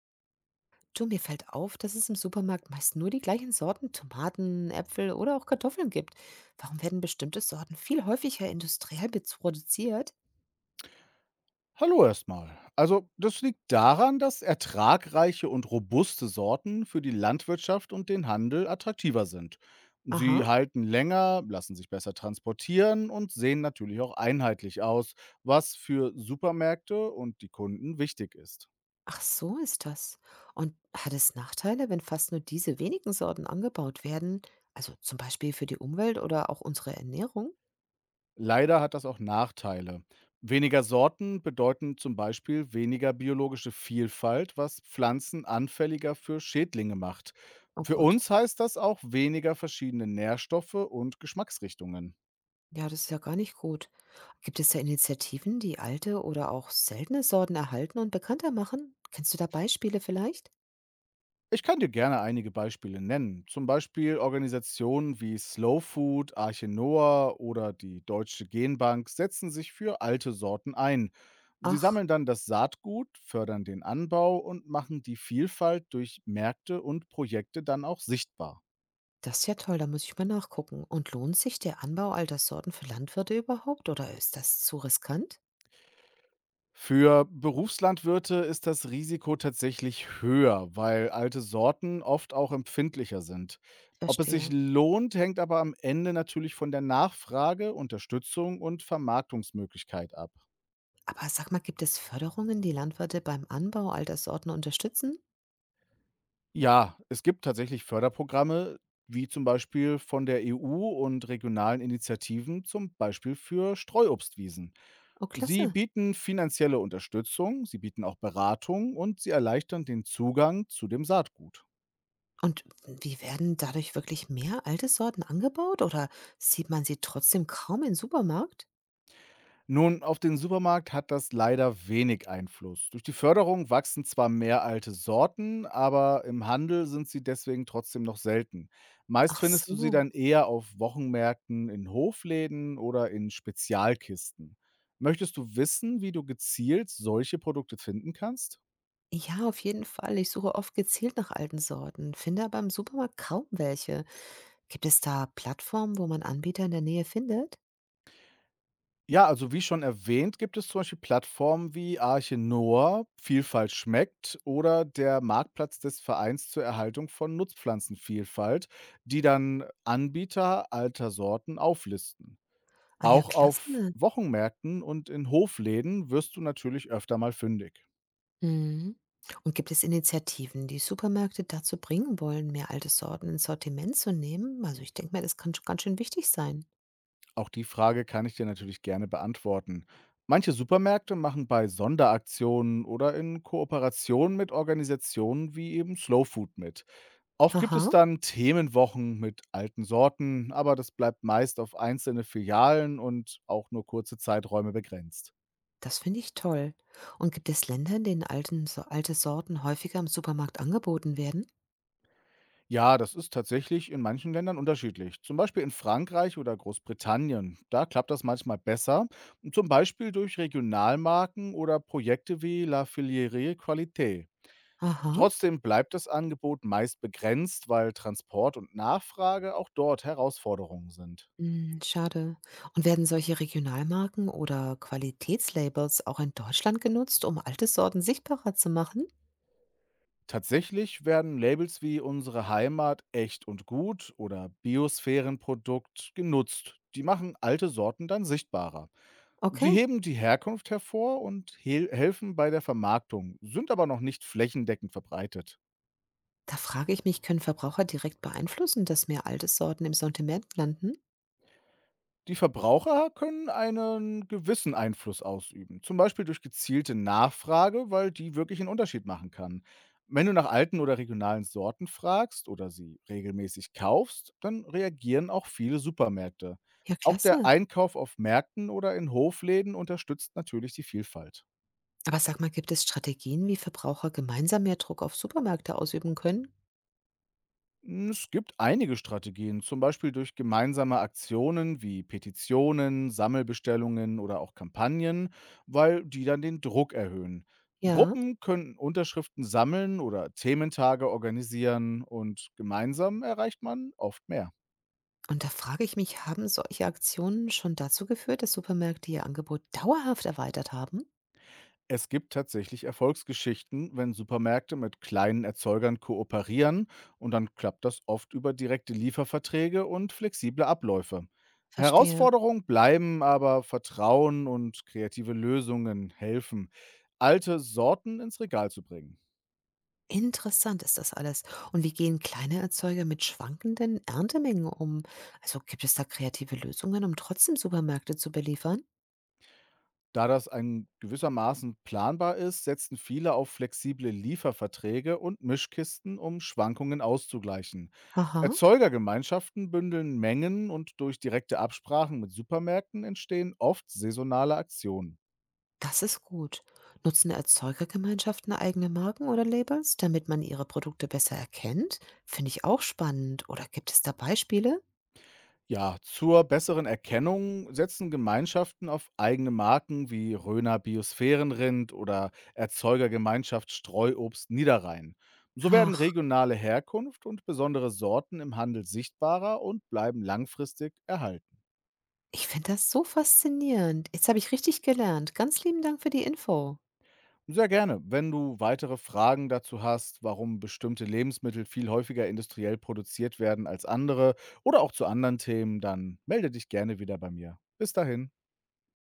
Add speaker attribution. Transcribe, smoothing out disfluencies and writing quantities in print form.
Speaker 1: Du, mir fällt auf, dass es im Supermarkt meist nur die gleichen Sorten Tomaten, Äpfel oder auch Kartoffeln gibt. Warum werden bestimmte Sorten viel häufiger industriell produziert?
Speaker 2: Hallo erstmal. Also, das liegt daran, dass ertragreiche und robuste Sorten für die Landwirtschaft und den Handel attraktiver sind.
Speaker 1: Aha,
Speaker 2: Sie halten länger, lassen sich besser transportieren und sehen natürlich auch einheitlich aus, was für Supermärkte und die Kunden wichtig ist.
Speaker 1: ach so ist das. Und hat es Nachteile, wenn fast nur diese wenigen Sorten angebaut werden? Also zum Beispiel für die Umwelt oder auch unsere Ernährung?
Speaker 2: Leider hat das auch Nachteile. Weniger Sorten bedeuten zum Beispiel weniger biologische Vielfalt, was Pflanzen anfälliger für Schädlinge macht.
Speaker 1: Oh
Speaker 2: Für
Speaker 1: Gott,
Speaker 2: uns heißt das auch weniger verschiedene Nährstoffe und Geschmacksrichtungen.
Speaker 1: ja, das ist ja gar nicht gut. Gibt es da Initiativen, die alte oder auch seltene Sorten erhalten und bekannter machen? Kennst du da Beispiele vielleicht?
Speaker 2: Ich kann dir gerne einige Beispiele nennen. Zum Beispiel Organisationen wie Slow Food, Arche Noah oder die Deutsche Genbank setzen sich für alte Sorten ein. Sie
Speaker 1: Ach,
Speaker 2: sammeln dann das Saatgut, fördern den Anbau und machen die Vielfalt durch Märkte und Projekte dann auch sichtbar.
Speaker 1: das ist ja toll, da muss ich mal nachgucken. Und lohnt sich der Anbau alter Sorten für Landwirte überhaupt oder ist das zu riskant?
Speaker 2: Für Berufslandwirte ist das Risiko tatsächlich höher, weil alte Sorten oft auch empfindlicher sind. Ob es sich
Speaker 1: Verstehe.
Speaker 2: lohnt, hängt aber am Ende natürlich von der Nachfrage, Unterstützung und Vermarktungsmöglichkeit ab.
Speaker 1: Aber sag mal, gibt es Förderungen, die Landwirte beim Anbau alter Sorten unterstützen?
Speaker 2: Ja, es gibt tatsächlich Förderprogramme, wie zum Beispiel von der EU und regionalen Initiativen, zum Beispiel für Streuobstwiesen.
Speaker 1: Oh,
Speaker 2: Sie
Speaker 1: klasse.
Speaker 2: bieten finanzielle Unterstützung, sie bieten auch Beratung und sie erleichtern den Zugang zu dem Saatgut.
Speaker 1: Und wie werden dadurch wirklich mehr alte Sorten angebaut oder sieht man sie trotzdem kaum im Supermarkt?
Speaker 2: Nun, auf den Supermarkt hat das leider wenig Einfluss. Durch die Förderung wachsen zwar mehr alte Sorten, aber im Handel sind sie deswegen trotzdem noch selten. Meist
Speaker 1: Ach
Speaker 2: findest du sie
Speaker 1: so.
Speaker 2: dann eher auf Wochenmärkten, in Hofläden oder in Spezialkisten. Möchtest du wissen, wie du gezielt solche Produkte finden kannst?
Speaker 1: Ja, auf jeden Fall. Ich suche oft gezielt nach alten Sorten, finde aber im Supermarkt kaum welche. Gibt es da Plattformen, wo man Anbieter in der Nähe findet?
Speaker 2: Ja, also wie schon erwähnt, gibt es zum Beispiel Plattformen wie Arche Noah, Vielfalt schmeckt oder der Marktplatz des Vereins zur Erhaltung von Nutzpflanzenvielfalt, die dann Anbieter alter Sorten auflisten.
Speaker 1: Ah ja,
Speaker 2: Auch auf
Speaker 1: klasse.
Speaker 2: Wochenmärkten und in Hofläden wirst du natürlich öfter mal fündig.
Speaker 1: Mhm. Und gibt es Initiativen, die Supermärkte dazu bringen wollen, mehr alte Sorten ins Sortiment zu nehmen? Also ich denke mir, das kann schon ganz schön wichtig sein.
Speaker 2: Auch die Frage kann ich dir natürlich gerne beantworten. Manche Supermärkte machen bei Sonderaktionen oder in Kooperation mit Organisationen wie eben Slow Food mit. Oft gibt es
Speaker 1: Aha,
Speaker 2: dann Themenwochen mit alten Sorten, aber das bleibt meist auf einzelne Filialen und auch nur kurze Zeiträume begrenzt.
Speaker 1: das finde ich toll. Und gibt es Länder, in denen alten, so alte Sorten häufiger im Supermarkt angeboten werden?
Speaker 2: Ja, das ist tatsächlich in manchen Ländern unterschiedlich. Zum Beispiel in Frankreich oder Großbritannien. Da klappt das manchmal besser. Zum Beispiel durch Regionalmarken oder Projekte wie La Filière Qualité.
Speaker 1: Aha.
Speaker 2: Trotzdem bleibt das Angebot meist begrenzt, weil Transport und Nachfrage auch dort Herausforderungen sind.
Speaker 1: Hm, schade. Und werden solche Regionalmarken oder Qualitätslabels auch in Deutschland genutzt, um alte Sorten sichtbarer zu machen?
Speaker 2: Tatsächlich werden Labels wie unsere Heimat echt und gut oder Biosphärenprodukt genutzt. Die machen alte Sorten dann sichtbarer. Sie
Speaker 1: Okay.
Speaker 2: heben die Herkunft hervor und helfen bei der Vermarktung, sind aber noch nicht flächendeckend verbreitet.
Speaker 1: Da frage ich mich, können Verbraucher direkt beeinflussen, dass mehr alte Sorten im Sortiment landen?
Speaker 2: Die Verbraucher können einen gewissen Einfluss ausüben, zum Beispiel durch gezielte Nachfrage, weil die wirklich einen Unterschied machen kann. Wenn du nach alten oder regionalen Sorten fragst oder sie regelmäßig kaufst, dann reagieren auch viele Supermärkte.
Speaker 1: Ja,
Speaker 2: Auch der
Speaker 1: klasse.
Speaker 2: Einkauf auf Märkten oder in Hofläden unterstützt natürlich die Vielfalt.
Speaker 1: Aber sag mal, gibt es Strategien, wie Verbraucher gemeinsam mehr Druck auf Supermärkte ausüben können?
Speaker 2: Es gibt einige Strategien, zum Beispiel durch gemeinsame Aktionen wie Petitionen, Sammelbestellungen oder auch Kampagnen, weil die dann den Druck erhöhen.
Speaker 1: Ja.
Speaker 2: Gruppen können Unterschriften sammeln oder Thementage organisieren und gemeinsam erreicht man oft mehr.
Speaker 1: Und da frage ich mich, haben solche Aktionen schon dazu geführt, dass Supermärkte ihr Angebot dauerhaft erweitert haben?
Speaker 2: Es gibt tatsächlich Erfolgsgeschichten, wenn Supermärkte mit kleinen Erzeugern kooperieren und dann klappt das oft über direkte Lieferverträge und flexible Abläufe.
Speaker 1: Verstehe.
Speaker 2: Herausforderungen bleiben aber Vertrauen und kreative Lösungen helfen, alte Sorten ins Regal zu bringen.
Speaker 1: Interessant ist das alles. Und wie gehen kleine Erzeuger mit schwankenden Erntemengen um? Also gibt es da kreative Lösungen, um trotzdem Supermärkte zu beliefern?
Speaker 2: Da das ein gewissermaßen planbar ist, setzen viele auf flexible Lieferverträge und Mischkisten, um Schwankungen auszugleichen.
Speaker 1: Aha,
Speaker 2: Erzeugergemeinschaften bündeln Mengen und durch direkte Absprachen mit Supermärkten entstehen oft saisonale Aktionen.
Speaker 1: das ist gut. Nutzen Erzeugergemeinschaften eigene Marken oder Labels, damit man ihre Produkte besser erkennt? Finde ich auch spannend. Oder gibt es da Beispiele?
Speaker 2: Ja, zur besseren Erkennung setzen Gemeinschaften auf eigene Marken wie Röner Biosphärenrind oder Erzeugergemeinschaft Streuobst Niederrhein. So werden
Speaker 1: Ach,
Speaker 2: regionale Herkunft und besondere Sorten im Handel sichtbarer und bleiben langfristig erhalten.
Speaker 1: ich finde das so faszinierend. Jetzt habe ich richtig gelernt. Ganz lieben Dank für die Info.
Speaker 2: Sehr gerne. Wenn du weitere Fragen dazu hast, warum bestimmte Lebensmittel viel häufiger industriell produziert werden als andere oder auch zu anderen Themen, dann melde dich gerne wieder bei mir. Bis dahin.